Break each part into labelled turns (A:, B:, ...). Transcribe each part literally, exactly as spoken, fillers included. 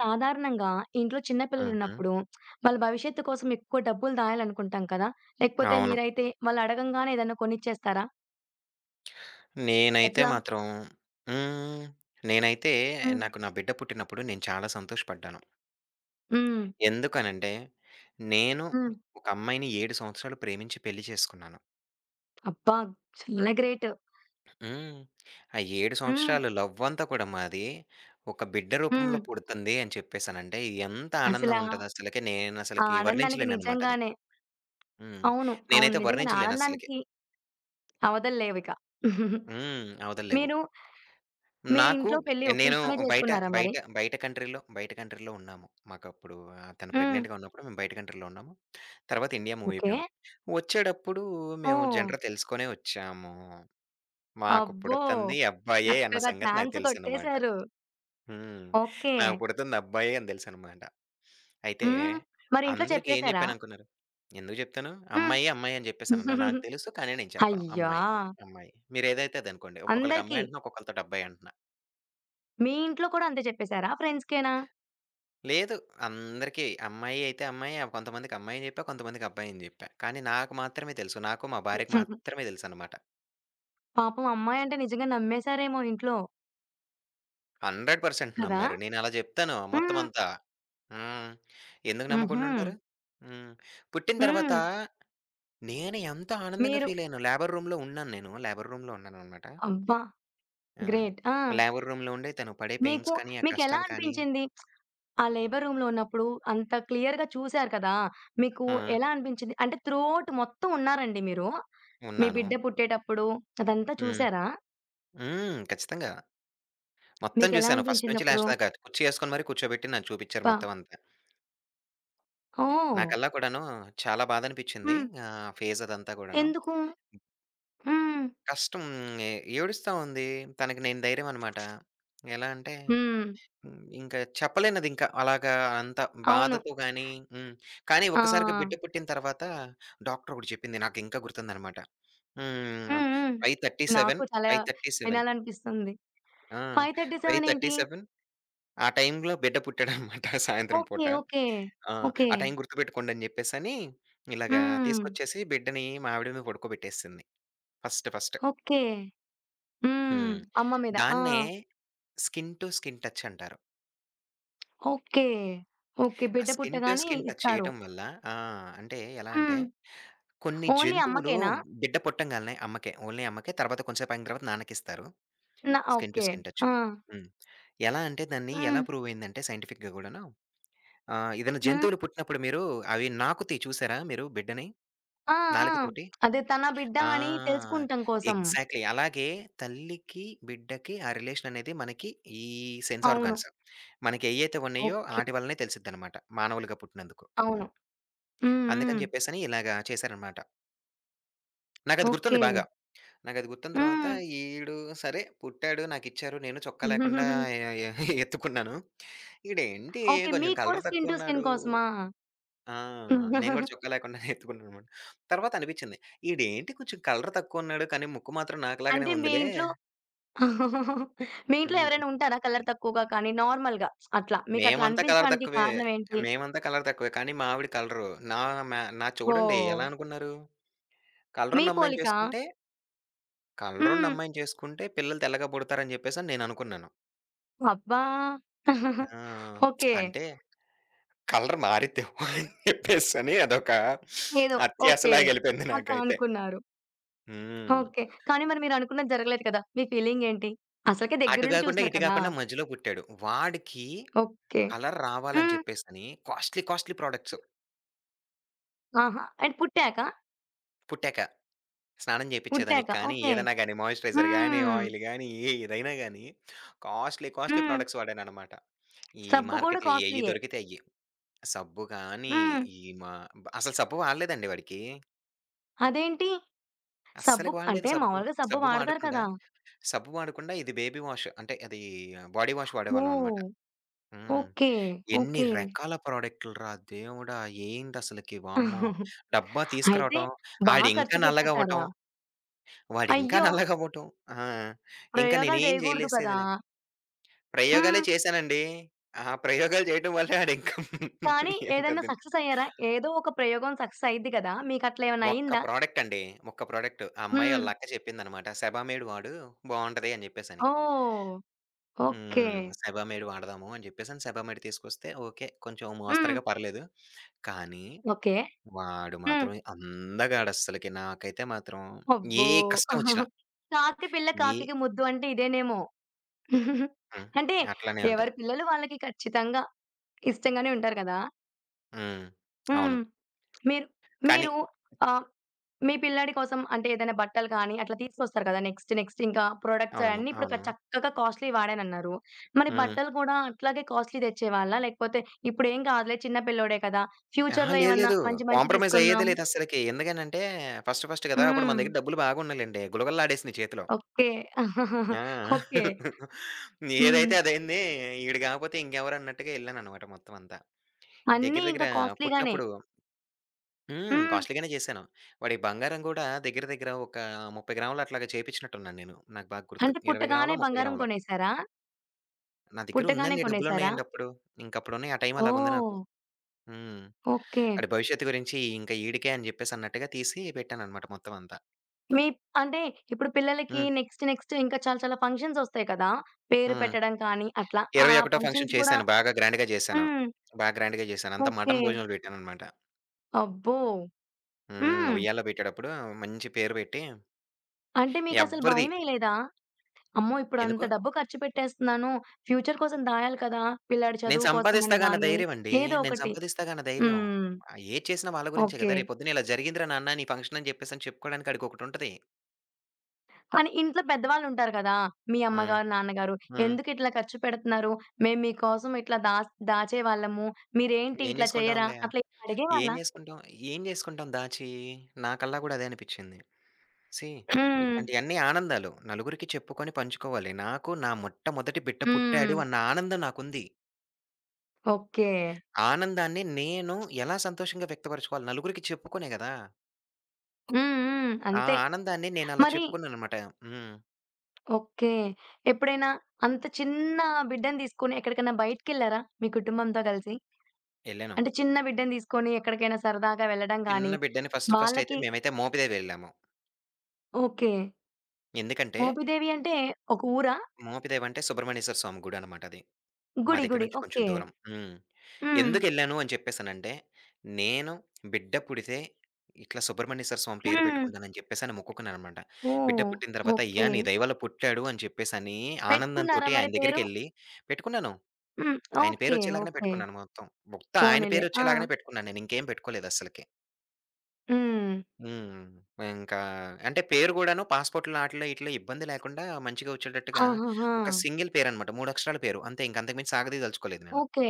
A: సాధారణంగా ఇంట్లో చిన్న
B: హుహు.
A: పిల్లలున్నప్పుడు వాళ్ళ భవిష్యత్తు కోసం ఎక్కువ డబ్బులు దాయాలనుకుంటాం కదా! లేకపోతే
B: అవును.
A: మీరైతే వాళ్ళు అడగంగానే ఏదైనా కొనిచ్చేస్తారా?
B: నేనైతే
A: ఎట్లా?
B: మాత్రం. హ్మ్. నేనైతే
A: హ్మ్.
B: నాకు నా బిడ్డ పుట్టినప్పుడు నేను చాలా సంతోషపడ్డాను.
A: హ్మ్.
B: ఎందుకనంటే, నేను
A: హ్మ్.
B: ఒక అమ్మాయిని ఏడు సంవత్సరాలు ప్రేమించి పెళ్లి చేసుకున్నాను.
A: అబ్బా! చాలా గ్రేట్.
B: హ్మ్. ఆ ఏడు
A: హ్మ్.
B: సంవత్సరాలు లవ్ అంతా కూడా మాది ఒక బిడ్డ
A: హ్మ్.
B: రూపంలో పుడుతుంది అని చెప్పేసనంటే, ఎంత ఆనందం
A: అసలా
B: ఉంటదసలకి
A: ఆ
B: నేనసలకి
A: ఆనందానికి
B: వర్ణించలేననమాట అది.
A: నిజంగానే
B: హ్మ్.
A: అవును. అవును.
B: నేనైతే
A: నిజంగానే
B: వర్ణించలేనసలకి.
A: ఆనందానికి అవధులు లేవిక.
B: హ్మ్. అవతల లేవు.
A: మీరు, మీరు
B: నాకు
A: ఇంట్లో పెళ్లి
B: నేను
A: ఒప్పించుకునే
B: బయట
A: చేసుకున్నారా మరి?
B: బయట బయట కంట్రీ‌లో బయట కంట్రీ‌లో ఉన్నాము. మాకప్పుడు ఆహ్, తను
A: హ్మ్.
B: ప్రెగ్నెంట్‌గా ఉన్నప్పుడు మేము బయట కంట్రీ‌లో ఉన్నాము. తర్వాత ఇండియా మూవ్
A: ఓకే.
B: అయిపోయాము. వచ్చేటప్పుడు మేము
A: ఓహ్!
B: జెండర్ తెలుసుకొనే వచ్చాము. మాకు
A: అబ్బో!
B: పుడుతుంది అబ్బాయే అన్న
A: చక్కగా
B: సంగతి నాకు
A: ఛాన్స్
B: తెలుసనమాట.
A: కొట్టేశారు.
B: హ్మ్.
A: ఓకే.
B: నాకు పుడుతుంది అబ్బాయే అని తెలుసనమాట. అయితే
A: హ్మ్. మరి ఇంట్లో
B: అందరికి ఏం
A: చెప్పేసారా?
B: చెప్పాననుకున్నారు? ఎందుకు చెప్తాను?
A: హ్మ్.
B: అమ్మాయి, అమ్మాయి అని చెప్పేసనన్నా. నాకు తెలుసు, కానీ నేను చెప్పను.
A: అయ్యా!
B: అమ్మాయి, అమ్మాయి. మీరేదైతే అదనుకోండి. ఒక్కొక్కళ్ళకి
A: అందరికి.
B: అమ్మాయి అంటున్నా, ఒక్కొక్కళ్ళతోటి అబ్బాయి అంటున్నా.
A: మీ ఇంట్లో కూడా అంతే చెప్పేసారా? ఫ్రెండ్స్‌కేనా?
B: లేదు. అందరికీ అమ్మాయి అయితే అమ్మాయే. కొంతమందికి అమ్మాయి అని చెప్పా. కొంతమందికి అబ్బాయి అని చెప్పా. కానీ నాకు మాత్రమే తెలుసు. నాకు మా భార్యకి మాత్రమే తెలుసనమాట.
A: పాపం అమ్మాయంటే నిజంగా నమ్మేసారేమో ఇంట్లో.
B: నూరు శాతం
A: కదా!
B: నమ్మారు. నేనలా చెప్తాను మొత్తం
A: హ్మ్.
B: అంతా. హ్మ్. ఎందుకు
A: హుహు.
B: నమ్మకుండా ఉంటారు? హ్మ్. పుట్టిన తర్వాత
A: హ్మ్.
B: నేను ఎంత ఆనందంగా
A: మీరు
B: ఫీలయ్యానో! లేబర్ రూమ్‌లో ఉన్నాను నేను. లేబర్ రూమ్‌లో ఉన్నాననమాట.
A: అబ్బా!
B: ఆ!
A: గ్రేట్. ఆ!
B: లేబర్ రూమ్‌లో ఉండి తను పడే
A: మీకు
B: పెయిన్స్ కానీ, ఆ
A: మీకెలా
B: కష్టాలు కానీ.
A: అనిపించింది? ఆ లేబర్ రూమ్‌లో ఉన్నప్పుడు అంత క్లియర్‌గా చూసారు కదా! మీకు
B: ఆ!
A: ఎలా అనిపించింది? అంటే త్రూ ఔట్ మొత్తం ఉన్నారండి మీరు. మీ
B: ఉన్నాను.
A: బిడ్డ పుట్టేటప్పుడు అదంతా
B: హ్మ్.
A: చూసారా?
B: హ్మ్. ఖచ్చితంగా. మొత్తం
A: మీకెలా
B: జూసాను. ఫస్ట్ నుంచి
A: అనిపించిందప్పుడు?
B: లాస్ట్ దాకా. కుర్చీ ఏసుకొని మరీ కూర్చోబెట్టి నాకు చూపిచ్చారు
A: అబ్బా!
B: మొత్తం అంతా.
A: ఓహ్!
B: నాకల్లా కూడాను చాలా బాధనిపిచ్చింది.
A: హ్మ్.
B: ఆహ్, ఫేజ్ అదంతా గూడాను.
A: ఎందుకు? హ్మ్.
B: కష్టం. ఏ ఏడుస్తా ఉంది. తనకి నేను ధైర్యం అనమాట. ఎలా అంటే,
A: హ్మ్.
B: హ్మ్. ఇంకా చెప్పలేనిదింకా అలాగా అంత
A: అవును.
B: బాధతో గానీ. హ్మ్. కానీ
A: ఆ!
B: ఒక్కసారిగా బిడ్డ పుట్టిన తర్వాత డాక్టర్ ఒకటి చెప్పింది. నాకింకా గుర్తుందనమాట. హ్మ్.
A: హ్మ్. హ్మ్.
B: 537,
A: నాకు చాలా
B: 537
A: వినాలనిపిస్తుంది.
B: ఆ!
A: ఐదు ముప్పై ఏడు ఏంటి?
B: ఐదు ముప్పై ఏడు ఆ టైంలో బిడ్డ పుట్టాడనమాట సాయంత్రం
A: ఓకే.
B: పూట.
A: ఓకే.
B: ఆ!
A: ఓకే.
B: ఆ టైం గుర్తుపెట్టుకోండని జెప్పేసని, ఇలాగా
A: హ్మ్.
B: తీసుకొచ్చేసి బిడ్డని మా ఆవిడ మీద పడుకోబెట్టేసింది. First first.
A: ఓకే. హ్మ్.
B: హ్మ్.
A: అమ్మ మీద. ఆ!
B: దాన్నే స్కిన్ టు స్కిన్ టచ్ అంటారు.
A: ఓకే. ఓకే.
B: ఆ
A: బిడ్డ
B: స్కిన్ టు
A: పుట్టగానే
B: స్కిన్ టచ్
A: ఇస్తారు.
B: చేయటం వల్ల ఆ! అంటే ఎలా అంటే,
A: హ్మ్.
B: కొన్ని
A: ఓన్లీ
B: జంతువులు
A: అమ్మకేనా?
B: బిడ్డ పుట్టంగాల్నే అమ్మకే, ఓన్లీ అమ్మకే. తర్వాత కొంచెం సేపు ఆగిన తర్వాత నాన్నకిస్తారు.
A: నా
B: skin to
A: okay.
B: Skin touch.
A: ఆ!
B: హ్మ్. ఎలా అంటే దాన్ని ఎలా
A: హ్మ్.
B: ప్రూవ్ అయిందంటే సైంటిఫిక్‌గా గూడాను. ఆ! ఏదైనా
A: హ్మ్.
B: జంతువులు పుట్టినప్పుడు మీరు అవి నాకుతాయి, చూసారా మీరు బిడ్డని?
A: ఆ! ఆ!
B: నాలుకతోటి?
A: అదే తన బిడ్డ
B: ఆ!
A: అని తెలుసుకుంటం కోసం.
B: ఎగ్జాక్ట్‌లీ. అలాగే తల్లికి, బిడ్డకి ఆ రిలేషన్ అనేది మనకి ఈ సెన్స్
A: అవును.
B: ఆర్గాన్స్ మనకి ఏయైతే ఉన్నాయో
A: ఓకే.
B: ఆటి వల్లనే తెలిసిద్దనమాట. మానవులుగా పుట్టినందుకు.
A: అవును. హ్మ్. హ్మ్.
B: అందుకని చెప్పేసని ఇలాగ చేశారనమాట. నాకది గుర్తుంది
A: ఓకే.
B: బాగా. నాకది గుర్తున్న తర్వాత
A: హ్మ్.
B: ఈడు సరే పుట్టాడు, నాకిచ్చారు. నేను చొక్కా లేకుండా ఎ ఎ ఎత్తుకున్నాను. ఈడేంటి
A: ఓకే.
B: కొంచెం
A: మీకు కూడా
B: కలర్
A: స్కిన్ టు
B: తక్కువున్నాడు!
A: స్కిన్ కోసమా?
B: ఆ! నేను గూడా చొక్కా లేకుండానే ఎత్తుకున్నాననమాట. తర్వాత అనిపిచ్చింది. ఈడేంటి కొంచెం కలర్ తక్కువున్నాడు, కానీ ముక్కు మాత్రం నాకులాగానే
A: అంటే మీ
B: ఉందిలే.
A: ఇంట్లో మీ ఇంట్లో ఎవరైనా
B: హ్మ్.
A: ఉంటారా కలర్ తక్కువగా కానీ, నార్మల్‌గా అట్లా? మీకట్లా
B: మేమంతా కలర్
A: అనిపించడానికి
B: తక్కువే.
A: కారణం ఏంటి?
B: మేమంతా కలర్ తక్కువే. కానీ మా ఆవిడ కలరు. నా మా నా చూడండి
A: ఓహ్!
B: ఎలా అనుకున్నారు?
A: మీ
B: కలరున్నమ్మాయిని
A: పోలికా?
B: చేసుకుంటే
A: హ్మ్.
B: కలరున్నమ్మాయిని చేసుకుంటే పిల్లలు తెల్లగా పుడతారని జెప్పేసని నేననుకున్నాను.
A: అబ్బా!
B: ఆ!
A: ఓకే.
B: అంటే కలర్ మారిద్దేమో అని చెప్పేసని అదొక
A: ఏదో ఓకే.
B: అత్యాశలాగెళ్ళిపోయింది
A: అట్లా
B: నాకైతే.
A: అనుకున్నారు.
B: హ్మ్.
A: ఓకే. కానీ మరి మీరనుకున్నది జరగలేదు కదా! మీ ఫీలింగేంటి? అసలకే
B: అటు
A: దగ్గరుండి
B: గాకుండా,
A: చూసారు
B: ఇటు
A: కదా!
B: గాకుండా మధ్యలో పుట్టాడు. వాడికి
A: ఓకే.
B: కలర్ రావాలని
A: హ్మ్.
B: చెప్పేసని కాస్ట్‌లీ, కాస్ట్‌లీ ప్రొడక్ట్స్
A: ఆహా! అంటే పుట్టాక?
B: పుట్టాక. స్నానం
A: పుట్టాక.
B: చేపిచ్చేదానికి కానీ,
A: ఓకే.
B: ఏదైనా గాని మాయిశ్చరైజర్ గాని,
A: హ్మ్.
B: ఆయిల్ గాని ఏదైనా గాని కాస్ట్‌లీ, కాస్ట్‌లీ
A: హ్మ్.
B: ప్రొడక్ట్స్ వాడాననమాట. ఈ
A: సబ్బు గూడా
B: మార్కెట్‌లో ఏయి
A: కాస్ట్‌లీయే.
B: దొరికితే అయ్యి. సబ్బు గాని,
A: హ్మ్.
B: ఈ మా అసలు సబ్బు వాడలేదండి వాడికి.
A: అదేంటి? సబ్బు
B: అస్సలకి వాడలేదు
A: అంటే
B: సబ్బు.
A: మామూలుగా సబ్బు
B: సబ్బు
A: వాడతారు
B: వాడకుండా,
A: కదా!
B: సబ్బు వాడకుండా ఇది బేబీ వాష్ అంటే అది బాడీ వాష్ వాడేవాళ్ళం అనమాట.
A: ఓహ్!
B: హ్మ్.
A: ఓకే.
B: ఎన్ని
A: ఓకే.
B: రకాల ప్రాడక్టులురా దేవుడా! ఏందసలకి వామ్మో! డబ్బా
A: అయితే
B: తీసుకురావటం,
A: బా ఖర్చు
B: ఆడింకా
A: పెట్టేసారా?
B: నల్లగవ్వటం, వాడింకా
A: అయ్యో!
B: నల్లగవ్వటం. ఆ! ఇంక
A: ప్రయోగాలు
B: నేనేం
A: జేయగూడదు కదా!
B: చేయలేసేదిలే. ప్రయోగాలే
A: హ్మ్.
B: చేశానండి. ఆ ప్రయోగాలు చేయటం వల్లే ఆడింకా
A: కానీ
B: ఏమంటారు
A: ఏదైనా
B: దీన్ని?
A: సక్సెస్ అయ్యారా? ఏదో ఒక ప్రయోగం సక్సెస్ అయ్యిద్ది కదా! మీకట్లా ఏమన్నా
B: ఒక్క
A: అయిందా?
B: ప్రాడక్ట్ అండి. ఒక్క ప్రాడక్ట్. ఆ అమ్మాయి
A: హ్మ్.
B: ఆళ్ళ అక్క చెప్పిందనమాట. సెబామేడ్ వాడు బావుంటది అని జెప్పేసని.
A: ఓహ్! ఓకే.
B: హ్మ్. సెబామేడ్ వాడదాము అని జెప్పేసని సెబామేడ్ తీసుకొస్తే ఓకే. కొంచెం
A: హ్మ్.
B: మోస్తరుగా పర్లేదు. కానీ
A: ఓకే.
B: వాడు
A: హ్మ్.
B: మాత్రం అందగాడస్సలకి. నాకైతే మాత్రం
A: అబ్బో!
B: ఏ కష్టమొచ్చినా,
A: కాకి పిల్ల
B: ఏ
A: కాకికి ముద్దు అంటే ఇదేనేమో!
B: హ్మ్,
A: అంటే
B: అట్లానే ఉంటది.
A: ఎవరి పిల్లలు వాళ్ళకి ఖచ్చితంగా ఇష్టంగానే ఉంటారు కదా!
B: హ్మ్.
A: హ్మ్.
B: అవును.
A: మీరు
B: కానీ
A: మీరు ఆహ్, మీ పిల్లాడి కోసం అంటే ఏదైనా బట్టలు కానీ అట్లా తీసుకొస్తారు కదా! నెక్స్ట్ నెక్స్ట్ ఇంకా ప్రొడక్ట్స్
B: అవును.
A: అయన్నీ ఇప్పుడు క
B: అవును.
A: చక్కగా కాస్ట్‌లీ వాడానన్నారు. మరి
B: హ్మ్.
A: బట్టలు కూడా అట్లాగే కాస్ట్‌లీ తెచ్చేవాళ్ళా? లేకపోతే ఇప్పుడేం కాదులే చిన్న పిల్లోడే కదా!
B: అహా!
A: ఫ్యూచర్‌లో
B: లేదు.
A: ఏమన్నా
B: లేదు.
A: మంచి మంచి
B: కాంప్రమైజ్
A: తీసుకుందాం.
B: అయ్యేదే లేదస్సలకి. ఎందుకనంటే ఫస్ట్ ఫస్ట్ గదా! అప్పుడు మన
A: హ్మ్.
B: దగ్గర డబ్బులు బాగున్నయిలెండి. గుళగుళలాడేసినియి చేతిలో.
A: ఓకే.
B: ఆ!
A: ఓకే. హ్మ్.
B: ఏదైతే అదయింది. ఈడు గాకపోతే ఇంకెవరన్నట్టుగా ఎళ్ళాననమాట మొత్తం అంతా. దగ్గర
A: అన్నీ
B: దగ్గర
A: ఇంకా కాస్ట్‌లీ గానే.
B: పుట్టినప్పుడు హ్మ్,
A: హ్మ్.
B: కాస్ట్‌లీగానే చేశాను. వాడి బంగారం గూడా దగ్గర దగ్గర ఒక ముప్పై గ్రాములు అట్లాగా చేపించినట్టున్నాను నేను. నాకు బాగా గుర్తు.
A: అంటే
B: ఇరవై
A: పుట్టగానే
B: గ్రాములో, ముప్పై
A: బంగారం
B: గ్రాములో.
A: కొనేసారా?
B: నా దగ్గర
A: పుట్టగానే
B: ఉందండి,
A: కొనేసారా?
B: డబ్బులున్నాయండి అప్పుడు. ఇంకప్పుడున్నాయి. ఆ టైం అలాగుంది నాకు.
A: ఓహ్!
B: హ్మ్.
A: ఓకే.
B: ఆడి భవిష్యత్తు గురించి ఇంక ఈడికే అని జెప్పేసన్నట్టుగా తీసి పెట్టాననమాట మొత్తం అంతా.
A: మీ అంటే ఇప్పుడు పిల్లలకి
B: హ్మ్.
A: నెక్స్ట్, నెక్స్ట్ ఇంకా చాలా చాలా ఫంక్షన్స్ ఒస్తాయి కదా! పేరు
B: హ్మ్.
A: పెట్టడం కానీ అట్లా. అలా
B: ఇరవై ఒకటవ ఫంక్షన్
A: ఫంక్షన్స్ కూడా
B: చేశాను. బాగా గ్రాండ్‌గా చేశాను.
A: హ్మ్.
B: బాగా గ్రాండ్‌గా చేశాను. అంతా
A: ఓకే.
B: మటన్ భోజనాలు పెట్టాననమాట.
A: అబ్బో!
B: హ్మ్.
A: హ్మ్.
B: ఉయ్యాల్లో పెట్టేటప్పుడు మంచి పేరు పెట్టి.
A: అంటే మీకసలు
B: ఎవ్వరిది
A: భయమేయలేదా? అమ్మో! ఇప్పుడు అంత
B: ఎందుకు?
A: డబ్బు ఖర్చు పెట్టేస్తున్నాను. ఫ్యూచర్ కోసం దాయాలి కదా! పిల్లాడి
B: నేను
A: చదువు కోసం అని
B: సంపాదిస్తాగా అన్న
A: గాని,
B: ధైర్యం అండి.
A: ఏదో
B: నేను
A: ఒకటి.
B: సంపాదిస్తాగా అన్న ధైర్యం.
A: హ్మ్.
B: ఆహ్, ఏది చేసినా వాళ్ళ గురించే
A: ఓకే.
B: గదా! రేపొద్దున ఇలా జరిగిందిరా నాన్న నీ ఫంక్షన్ అని జెప్పేసని చెప్పుకోవడానికి ఆడికొకటుంటది.
A: కానీ ఇంట్లో పెద్దవాళ్ళుంటారు కదా! మీ
B: హ్మ్.
A: అమ్మగారు, నాన్నగారు
B: హ్మ్.
A: "ఎందుకిట్లా ఖర్చు పెడుతున్నారు? మేము మీకోసం ఇట్లా దాస్ దాచేవాళ్ళము. మీరేంటి
B: ఏం
A: ఇట్లా చేయరా?"
B: జేసుకుంటామండి?
A: అట్లా ఏమైనా
B: ఏం
A: అడిగేవాళ్ళా?
B: జేసుకుంటాం? ఏం జేసుకుంటాం దాచి? నా కల్లా గూడా అదే అనిపిచ్చింది. సీ
A: హ్మ్.
B: ఇట్లాంటియన్నీ ఆనందాలు. నలుగురికి చెప్పుకొని పంచుకోవాలి. నాకు నా మొట్టమొదటి బిడ్డ
A: హ్మ్.
B: పుట్టాడు అన్న ఆనందం నాకుంది.
A: ఓకే.
B: ఆ ఆనందాన్ని నేను ఎలా సంతోషంగా వ్యక్తపరచుకోవాలి? నలుగురికి చెప్పుకునే గదా!
A: హ్మ్. హ్మ్.
B: ఆ
A: అంతే.
B: ఆనందాన్ని నేనలా
A: మరి
B: చెప్పుకున్నాననమాట. హ్మ్.
A: ఓకే. ఎప్పుడైనా అంత చిన్న బిడ్డని తీసుకొని ఎక్కడికైనా బయటికెళ్లారా మీ కుటుంబంతో కలిసి?
B: ఎళ్ళాను.
A: అంటే చిన్న బిడ్డని తీసుకొని ఎక్కడికైనా సరదాగా వెళ్ళడం గానీ,
B: చిన్న బిడ్డని ఫస్ట్ ఫస్ట్ అయితే
A: వాళ్ళకి
B: మేమైతే మోపిదేవి వెళ్ళాము.
A: ఓకే.
B: ఎందుకంటే,
A: మోపిదేవి అంటే ఒక ఊరా?
B: మోపిదేవి అంటే సుబ్రహ్మణ్యేశ్వర స్వామి గుడనమాట అది. మా
A: గుడి.
B: దగ్గర
A: గుడి.
B: నుంచి కొంచెం
A: ఓకే.
B: దూరం. హ్మ్.
A: హ్మ్.
B: ఎందుకెళ్ళాను అని చెప్పేసనంటే, నేను బిడ్డ పుడితే ఇట్లా సుబ్రహ్మణ్యేశ్వర స్వామి పేరు
A: హ్మ్.
B: పెట్టుకుంటానని చెప్పేసని మొక్కుకున్నాననమాట. బిడ్డ
A: ఓహ్!
B: పుట్టిన తర్వాత అయ్యా
A: ఓకే.
B: నీ దయ వల్ల పుట్టాడు అని చెప్పేసని
A: పెట్టుకున్నారా
B: ఆనందంతోటి
A: మరి
B: ఆయన
A: పేరు?
B: దగ్గరికెళ్ళి పెట్టుకున్నాను.
A: హ్మ్.
B: ఆయన
A: ఓకే.
B: పేరొచ్చేలాగానే
A: ఓకే.
B: పెట్టుకున్నాను మొత్తం. మొత్తం ఆయన
A: పోనీలే. ఆ!
B: పేరొచ్చేలాగానే పెట్టుకున్నాను నేను, ఇంకేం పెట్టుకోలేదు అస్సలకి.
A: హ్మ్.
B: హ్మ్. ఇంకా అంటే పేరు గూడాను పాస్‌పోర్ట్‌లో ఆటిల్లో ఈటిల్లో ఇబ్బంది లేకుండా మంచిగా వచ్చేటట్టుగా
A: ఆహాహా!
B: ఒక సింగిల్ పేరనమాట. మూడు అక్షరాల పేరు. అంతే, ఇంక అంతకు మించి సాగదీయదలుచుకోలేదు నేను.
A: ఓకే.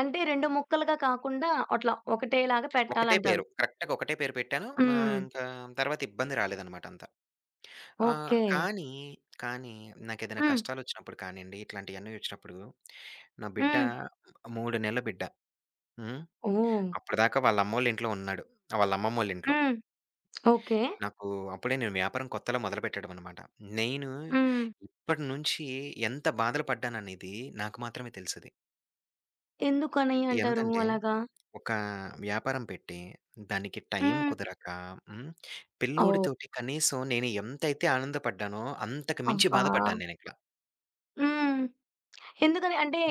A: అంటే రెండు ముక్కలుగా కాకుండా అట్లా ఒకటేలాగా
B: ఒకటే
A: పెట్టాలంటారు.
B: పేరు. కరెక్ట్‌గా ఒకటే పేరు పెట్టాను. ఆహ్,
A: హ్మ్.
B: ఇంకా తర్వాత ఇబ్బంది రాలేదనమాట అంతా. ఆహ్,
A: ఓకే.
B: కానీ, కానీ నాకేదైనా
A: హ్మ్.
B: కష్టాలొచ్చినప్పుడు కానియండి, ఇట్లాంటియన్నీ వచ్చినప్పుడు నా బిడ్డ
A: హ్మ్.
B: మూడు నెలల బిడ్డ. హ్మ్.
A: ఓహ్!
B: అప్పటిదాకా వాళ్ళ అమ్మోళ్ళ ఇంట్లో ఉన్నాడు. వాళ్ళ అమ్మమ్మోళ్ళ ఇంట్లో.
A: హ్మ్. ఓకే.
B: నాకు అప్పుడే నేను వ్యాపారం కొత్తలో మొదలుపెట్టడం అనమాట. నేను
A: హ్మ్.
B: ఇప్పటి నుంచి ఎంత బాధలు పడ్డాననేది నాకు మాత్రమే తెలుసది.
A: ఎందుకని అంటారు
B: ఎంతంటే,
A: అలాగా?
B: ఒక వ్యాపారం పెట్టి, దానికి టైం
A: హ్మ్.
B: కుదరక హ్మ్,
A: ఓహ్!
B: పిల్లోడితోటి కనీసం నేను ఎంతైతే ఆనందపడ్డానో, అంతకు మించి
A: అబ్బా!
B: బాధపడ్డాను నేనిక్కడ.
A: హ్మ్. ఎందుకని అంటే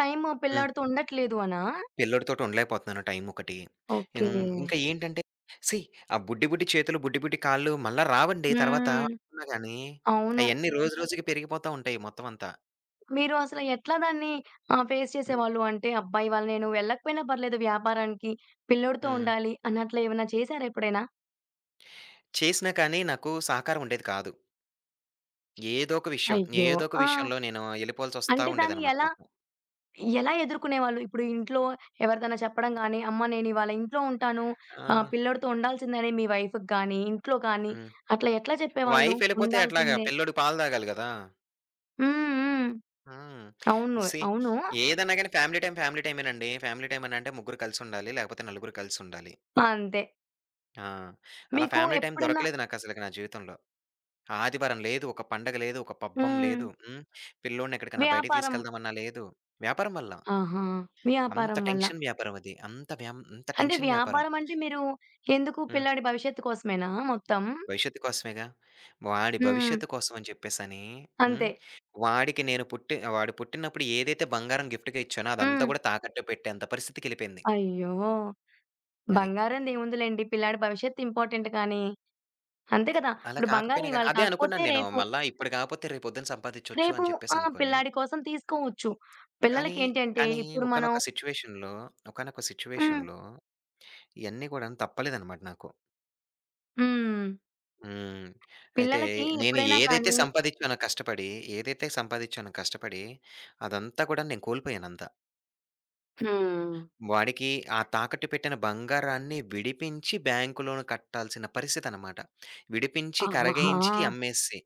A: టైము
B: హ్మ్.
A: పిల్లాడితో ఉండట్లేదు అనా?
B: పిల్లోడితోటి ఉండలేకపోతున్నాను, టైమొకటి.
A: ఓకే.
B: హ్మ్. ఇంకా ఏంటంటే సీ ఆ బుడ్డి, బుడ్డి చేతులు, బుడ్డి, బుడ్డి కాళ్ళు మళ్ళా రావండి తర్వాత
A: హ్మ్.
B: అనుకున్నా గానీ,
A: అవును.
B: అయన్నీ రోజు రోజుకి పెరిగిపోతా ఉంటాయి మొత్తం అంతా.
A: మీరు అసలు ఎట్లా దాన్ని ఆహ్, ఫేస్
B: హ్మ్.
A: చేసేవాళ్ళు? అంటే అబ్బా! ఇవాళ నేను వెళ్ళకపోయినా పర్లేదు వ్యాపారానికి. పిల్లోడితో
B: హ్మ్.
A: ఉండాలి అని అట్లా ఏమైనా చేశారా ఎప్పుడైనా?
B: చేసినా కానీ నాకు సహకారం ఉండేది కాదు. ఏదో ఒక విషయం,
A: అయ్యో!
B: ఏదో ఒక
A: ఆ!
B: విషయంలో నేను ఎళ్ళిపోవాల్సొస్తా
A: అంటే దాన్ని
B: ఉండేదనమాట
A: ఎలా,
B: మొత్తం.
A: ఎలా ఎదుర్కొనేవాళ్ళు? ఇప్పుడు ఇంట్లో ఎవరిదైనా చెప్పడం గాని, "అమ్మ నేను ఇవాళ ఇంట్లో ఉంటాను.
B: ఆ!
A: ఆహ్, పిల్లోడితో ఉండాల్సిందని" మీ వైఫ్‌కి గాని, ఇంట్లో కానీ
B: హ్మ్.
A: అట్లా ఎట్లా చెప్పేవాళ్ళు?
B: వైఫ్ ఎళ్ళిపోతే ఎట్లాగా?
A: ఉండాల్సిందే.
B: పిల్లోడు పాలు తాగాలి గదా!
A: హ్మ్. హ్మ్.
B: హ్మ్.
A: అవును.
B: సీ
A: అవును.
B: ఏదన్నా గాని ఫ్యామిలీ టైమ్, ఫ్యామిలీ టైమేనండి. ఫ్యామిలీ టైమ్ అనంటే ముగ్గురు కలిసుండాలి. లేకపోతే నలుగురు కలిసుండాలి.
A: అంతే.
B: ఆ! అలా
A: మీకు
B: ఫ్యామిలీ టైమ్
A: ఎప్పుడన్నా
B: దొరకలేదు నాకసలకి నా జీవితంలో. ఆదివారం లేదు, ఒక పండగ లేదు, ఒక పబ్బం
A: హ్మ్.
B: లేదు. హ్మ్. పిల్లోడిని ఎక్కడికన్నా బయటికి
A: వ్యాపారం
B: తీసుకెళ్దామన్నా లేదు. వ్యాపారం వల్ల.
A: ఆహా!
B: అంత
A: వ్యాపారం వల్ల.
B: టెన్షన్ వ్యాపారం అది. అంత వ్యామ్ అంత
A: అంటే
B: టెన్షన్ వ్యాపారం.
A: వ్యాపారం అంటే మీరు ఎందుకు
B: హ్మ్.
A: పిల్లాడి భవిష్యత్తు కోసమేనా మొత్తం?
B: భవిష్యత్తు కోసమేగా. వాడి
A: హ్మ్.
B: భవిష్యత్తు కోసం అని చెప్పేసని. హ్మ్.
A: అంతే.
B: వాడికి నేను పుట్టి వాడు పుట్టినప్పుడు ఏదైతే బంగారం గిఫ్ట్‌గా ఇచ్చానో
A: హ్మ్.
B: అదంతా గూడా తాకట్టు పెట్టేంత పరిస్థితికెళ్ళిపోయింది.
A: అయ్యో!
B: అది.
A: బంగారందేముందిలెండి పిల్లాడి భవిష్యత్తు ఇంపార్టెంట్ కానీ, అంతే కదా!
B: అలా
A: ఇప్పుడు బంగారం
B: కాకపోయినా గాని
A: ఇవాళ
B: అదే
A: కాకపోతే
B: అనుకున్నాను నేను.
A: రేపు,
B: మళ్ళా ఇప్పుడు కాపోతే రేపొద్దున సంపాదించొచ్చు
A: రేపు
B: అని
A: ఆ!
B: చెప్పేసనుకోని.
A: పిల్లాడి కోసం తీసుకోవచ్చు.
B: కానీ,
A: పిల్లలకేంటంటే
B: కానీ
A: ఇప్పుడు మనం
B: ఒకానొక సిట్యుయేషన్‌లో, ఒకానొక
A: హ్మ్.
B: సిట్యుయేషన్‌లో ఇయన్నీ గూడాను తప్పలేదనమాట నాకు.
A: హ్మ్.
B: హ్మ్. అయితే
A: పిల్లలకి
B: నేను
A: ఎప్పుడైనా
B: ఏదైతే
A: కానీ
B: సంపాదిచ్చానో కష్టపడి, ఏదైతే సంపాదిచ్చానో కష్టపడి అదంతా కూడా నేను కోల్పోయానంతా.
A: హ్మ్.
B: వాడికి ఆ తాకట్టు పెట్టిన బంగారాన్ని విడిపించి బ్యాంకు లోన్ కట్టాల్సిన పరిస్థితనమాట. విడిపించి,
A: ఆహాహా!
B: కరగయించి అమ్మేసి.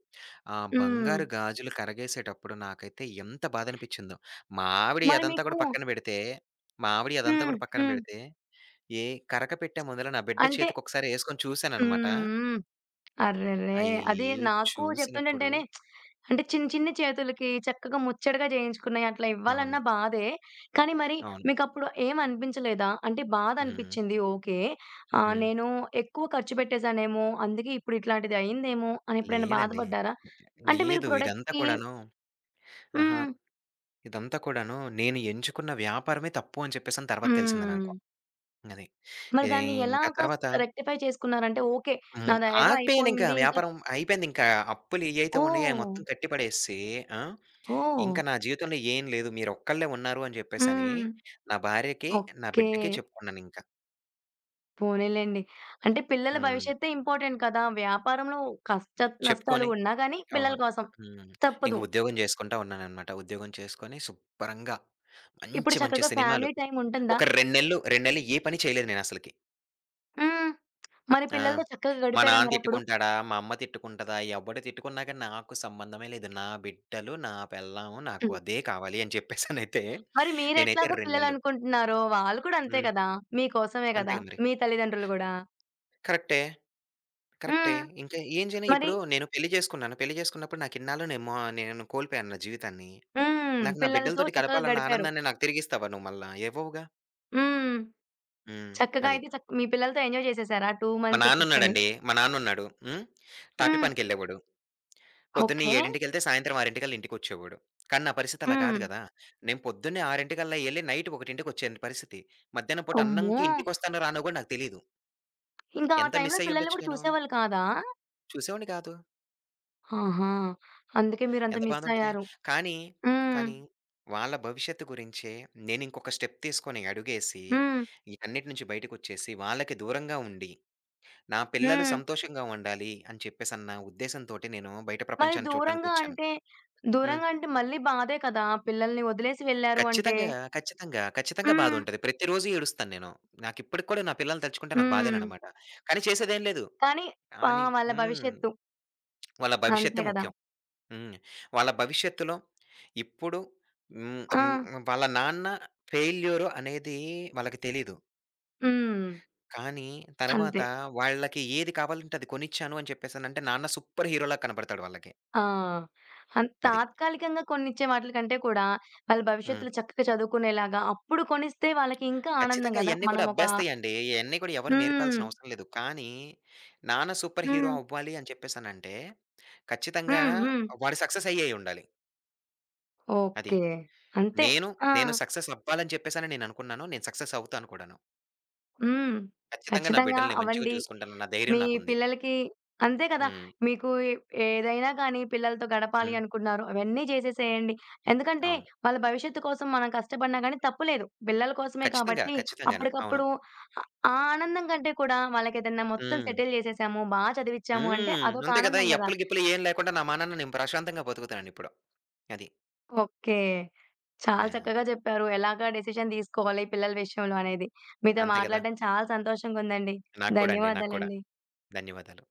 B: ఆ
A: హ్మ్.
B: బంగారు గాజులు కరగేసేటప్పుడు నాకైతే ఎంత బాధనిపించిందో! మా ఆవిడ
A: మరి
B: అదంతా
A: మీకు
B: కూడా పక్కన పెడితే మా ఆవిడ అదంతా
A: హ్మ్.
B: కూడా పక్కన
A: హ్మ్.
B: పెడితే, ఏ కరక పెట్టే ముందల నా బిడ్డ
A: అంటే
B: చేతికొకసారి యేసుకొని చూశాననమాట.
A: హ్మ్. అర్రెరే!
B: అయి
A: అది నాకు
B: చూసినప్పుడు
A: చెప్తుంటుంటేనే అంటే చిన్న చిన్న చేతులకి చక్కగా ముచ్చటగా చేయించుకున్నాయి. అట్లా
B: అవును.
A: ఇవ్వాలన్నా బాధే. కానీ మరి
B: అవును.
A: మీకప్పుడు ఏం అనిపించలేదా? అంటే బాధ
B: హ్మ్.
A: అనిపిచ్చింది ఓకే. ఆహ్,
B: హ్మ్.
A: నేను ఎక్కువ ఖర్చు పెట్టేసానేమో, అందుకే ఇప్పుడు ఇట్లాంటిది అయిందేమో అని ఎప్పుడైనా
B: లేదండి.
A: బాధపడ్డారా? అంటే మీరు
B: లేదు. ఇదంతా
A: ప్రొడక్ట్‌కి
B: కూడాను ఆహా!
A: హ్మ్.
B: ఇదంతా కూడాను నేను ఎంచుకున్న వ్యాపారమే తప్పు అని చెప్పేసని తర్వాత తెలిసింది
A: హ్మ్.
B: నాకు. అది.
A: మరి
B: ఏయ్
A: దాన్ని
B: ఇంకా
A: ఎలాగా
B: తర్వాత
A: రెక్టిఫై చేసుకున్నారంటే ఓకే.
B: హ్మ్.
A: నాదేదో
B: ఆగిపోయానింకా,
A: అయిపోయింది. ఇంకా
B: వ్యాపారం అయిపోయిందింకా. అప్పులు ఏయైతే ఉన్నాయో అయి
A: ఓహ్!
B: మొత్తం కట్టి పడేసి, ఆ!
A: ఓహ్!
B: ఇంకా నా జీవితంలో ఏం లేదు. మీరొక్కళ్ళే ఉన్నారు అని చెప్పేసని
A: హ్మ్.
B: నా భార్యకి, నా
A: ఓకే.
B: బిడ్డకి చెప్పుకున్నానింకా.
A: పోనీలెండి. అంటే పిల్లల
B: హ్మ్.
A: భవిష్యత్తే ఇంపార్టెంట్ కదా! వ్యాపారంలో కష్ట నష్టాలు
B: చెప్పుకొని
A: ఉన్నా గానీ
B: అవును.
A: పిల్లల కోసం
B: హ్మ్. ఇంక
A: తప్పదు.
B: ఉద్యోగం చేసుకుంటా ఉన్నాననమాట. ఉద్యోగం చేసుకొని శుభ్రంగా
A: ఇప్పుడు
B: మంచి మంచి
A: చక్కగా
B: సినిమాలు.
A: ఫ్యామిలీ టైమ్ ఉంటుందా?
B: ఒక రెండు నెలలు, రెండు నెలలు ఏ పని చేయలేదు నేనసలకి.
A: హ్మ్. మరి
B: ఆ!
A: పిల్లలతో చక్కగా
B: మా
A: గడిపారా
B: నాన్న
A: మరప్పుడు?
B: తిట్టుకుంటాడా? మా అమ్మ తిట్టుకుంటదా? ఎవడు తిట్టుకున్నా గాని నాకు సంబంధమే లేదు. నా బిడ్డలు, నా పెళ్ళాం నాకు
A: హ్మ్.
B: అదే కావాలి అని చెప్పేసనైతే
A: మరి
B: నేనైతే
A: మీరెట్లాగో
B: రెండు నెలలు.
A: పిల్లలనుకుంటున్నారో వాళ్ళు కూడా అంతే
B: హ్మ్.
A: కదా! మీకోసమే కదా!
B: అంతేగా మరి.
A: మీ తల్లిదండ్రులు గూడా.
B: కరెక్టే. కరెక్టే.
A: హ్మ్.
B: ఇంకా ఏం చేయను,
A: మరి
B: ఇప్పుడు నేను పెళ్లి చేసుకున్నాను. పెళ్లి చేసుకున్నప్పుడు నాకిన్నాళ్ళు నేను మో నేను కోల్పోయాను నా జీవితాన్ని.
A: హ్మ్.
B: నాకు నా
A: పిల్లలతో
B: బిడ్డలతోటి
A: చక్కగా
B: గడపాలన్న
A: గడిపారు.
B: ఆనందాన్ని నాకు తిరిగిస్తావా నువ్వు మళ్ళా? ఇవ్వవుగా.
A: హ్మ్.
B: హ్మ్.
A: చక్కగా
B: అది.
A: అయితే చక్ మీ పిల్లలతో ఎంజాయ్ చేసేసారా రెండు
B: మా
A: మంత్స్ కూర్చొని?
B: నాన్నున్నాడండి. మా నాన్నున్నాడు. హ్మ్. టాపీ
A: హ్మ్.
B: పనికెళ్ళేవాడు. పొద్దున్నే
A: ఓకే.
B: 7:00కెళ్తే సాయంత్రం 6:00కల్లా ఇంటికొచ్చేవాడు. కానీ నా పరిస్థితి అలా కాదు
A: హ్మ్.
B: గదా! నేను పొద్దున్నే 6:00కల్లా ఎళ్లి నైట్ 1:00వచ్చే పరిస్థితి. మధ్యాహ్నం పూట
A: అమ్మో!
B: అన్నంకి ఇంటికొస్తానో రానో గూడా నాకు తెలీదు.
A: ఇంకా ఆ
B: ఎంత
A: టైంలో
B: మిస్
A: పిల్లల్ని
B: అయ్యుండొచ్చు
A: కూడా
B: నేను.
A: చూసేవాళ్ళు కాదా?
B: చూసేవాడిని కాదు.
A: ఆహా! అందుకే మీరంత
B: ఎంత
A: మిస్
B: బాధుంటది.
A: అయ్యారు.
B: కానీ,
A: హ్మ్.
B: కానీ వాళ్ళ భవిష్యత్తు గురించే నేనింకొక స్టెప్ తీసుకొని అడుగేసి,
A: హ్మ్.
B: ఈటన్నిటి నుంచి బయటకొచ్చేసి, వాళ్ళకి దూరంగా ఉండి, నా పిల్లలు
A: హ్మ్.
B: సంతోషంగా ఉండాలి అని చెప్పేసన్న ఉద్దేశంతోటి నేను బయట
A: మరి
B: ప్రపంచాన్ని
A: దూరంగా
B: చూడటానికొచ్చాను.
A: అంటే,
B: హ్మ్.
A: దూరంగా అంటే మళ్ళీ బాధే కదా! పిల్లల్ని వదిలేసి వెళ్లారు అంటే.
B: ఖచ్చితంగా. ఖచ్చితంగా. ఖచ్చితంగా
A: హ్మ్.
B: బాధుంటది. ప్రతిరోజు ఏడుస్తాను నేను. నాకిప్పటికి కూడా నా పిల్లల్ని తలుచుకుంటే నాకు
A: హ్మ్.
B: బాధేననమాట. కానీ చేసేదేం లేదు.
A: కానీ ఆ!
B: కానీ
A: వాళ్ళ
B: హ్మ్,
A: భవిష్యత్తు.
B: వాళ్ళ
A: అంతే
B: భవిష్యత్తే
A: కదా!
B: ముఖ్యం. హ్మ్. వాళ్ళ భవిష్యత్తులో ఇప్పుడు హ్మ్.
A: ఆ!
B: హ్మ్. హ్మ్, వాళ్ళ నాన్న ఫెయిల్యూరు అనేది వాళ్ళకి తెలీదు.
A: హ్మ్.
B: కానీ
A: అంతే.
B: తర్వాత వాళ్ళకి ఏది కావాలంటే అది కొనిచ్చాను అని చెప్పేసనంటే నాన్న సూపర్ హీరోలా కనపడతాడు వాళ్ళకి.
A: ఆ! అన్
B: అది.
A: తాత్కాలికంగా కొన్నిచ్చే వాటిల కంటే కూడా, వాళ్ళ
B: హ్మ్.
A: భవిష్యత్తులో చక్కగా చదువుకునేలాగా అప్పుడు కొనిస్తే వాళ్ళకి ఇంకా ఆనందం
B: ఖచ్చితంగా
A: కదా!
B: ఇయన్నీ
A: మనం
B: కూడా
A: ఒక
B: అబ్బేస్తాయండి. ఇయన్నీ కూడా ఎవరు
A: హ్మ్.
B: నేర్పాల్సిన అవసరం లేదు. కానీ, నాన్న సూపర్ హీరో
A: హ్మ్.
B: అవ్వాలి అని చెప్పేసనంటే, ఖచ్చితంగా
A: హ్మ్. హ్మ్.
B: వాడు సక్సెస్ అయ్యేయి ఉండాలి. అది.
A: ఓకే. అంతే.
B: నేను,
A: ఆ!
B: నేను సక్సెస్ అవ్వాలని చెప్పేసని నేను అనుకున్నాను. నేను సక్సెస్ అవుతాను కూడాను.
A: హ్మ్.
B: ఖచ్చితంగా నా
A: ఖచ్చితంగా
B: బిడ్డల్ని నేను మంచిగా
A: అవ్వండి.
B: చూసుకుంటానన్న ధైర్యం
A: మీ
B: నాకుంది.
A: పిల్లలకి అంతే కదా!
B: హ్మ్.
A: మీకు ఏ ఏదైనా కానీ పిల్లలతో గడపాలి
B: హ్మ్.
A: అనుకున్నారు. అవన్నీ చేసేసేయండి. ఎందుకంటే
B: అవును.
A: వాళ్ళ భవిష్యత్తు కోసం మనం కష్టపడినా గానీ తప్పులేదు. పిల్లల కోసమే
B: ఖచ్చితంగా.
A: కాబట్టి
B: ఖచ్చితంగాను. అవును.
A: అప్పటికప్పుడు ఆ ఆనందం కంటే కూడా వాళ్ళకేదన్నా మొత్తం
B: హ్మ్.
A: సెటిల్ చేసేసాము, బా చదివిచ్చాము అంటే
B: హ్మ్.
A: అదొక
B: అంతే కదా!
A: ఆనందం
B: ఈ
A: గదా!
B: అప్పులు గిప్పులు ఏం లేకుండా నా మానాన్న నేను ప్రశాంతంగా బతుకుతానండిప్పుడు. అది.
A: ఓకే. చాలా
B: ఆ!
A: చక్కగా చెప్పారు. ఎలాగా డెసిషన్ తీసుకోవాలి పిల్లల విషయంలో అనేది. మీతో
B: అంతే కదా!
A: మాట్లాడడం చాలా సంతోషంగుందండి.
B: నాకు కూడా అండి. నాకు కూడా.
A: ధన్యవాదాలండి.
B: ధన్యవాదాలు.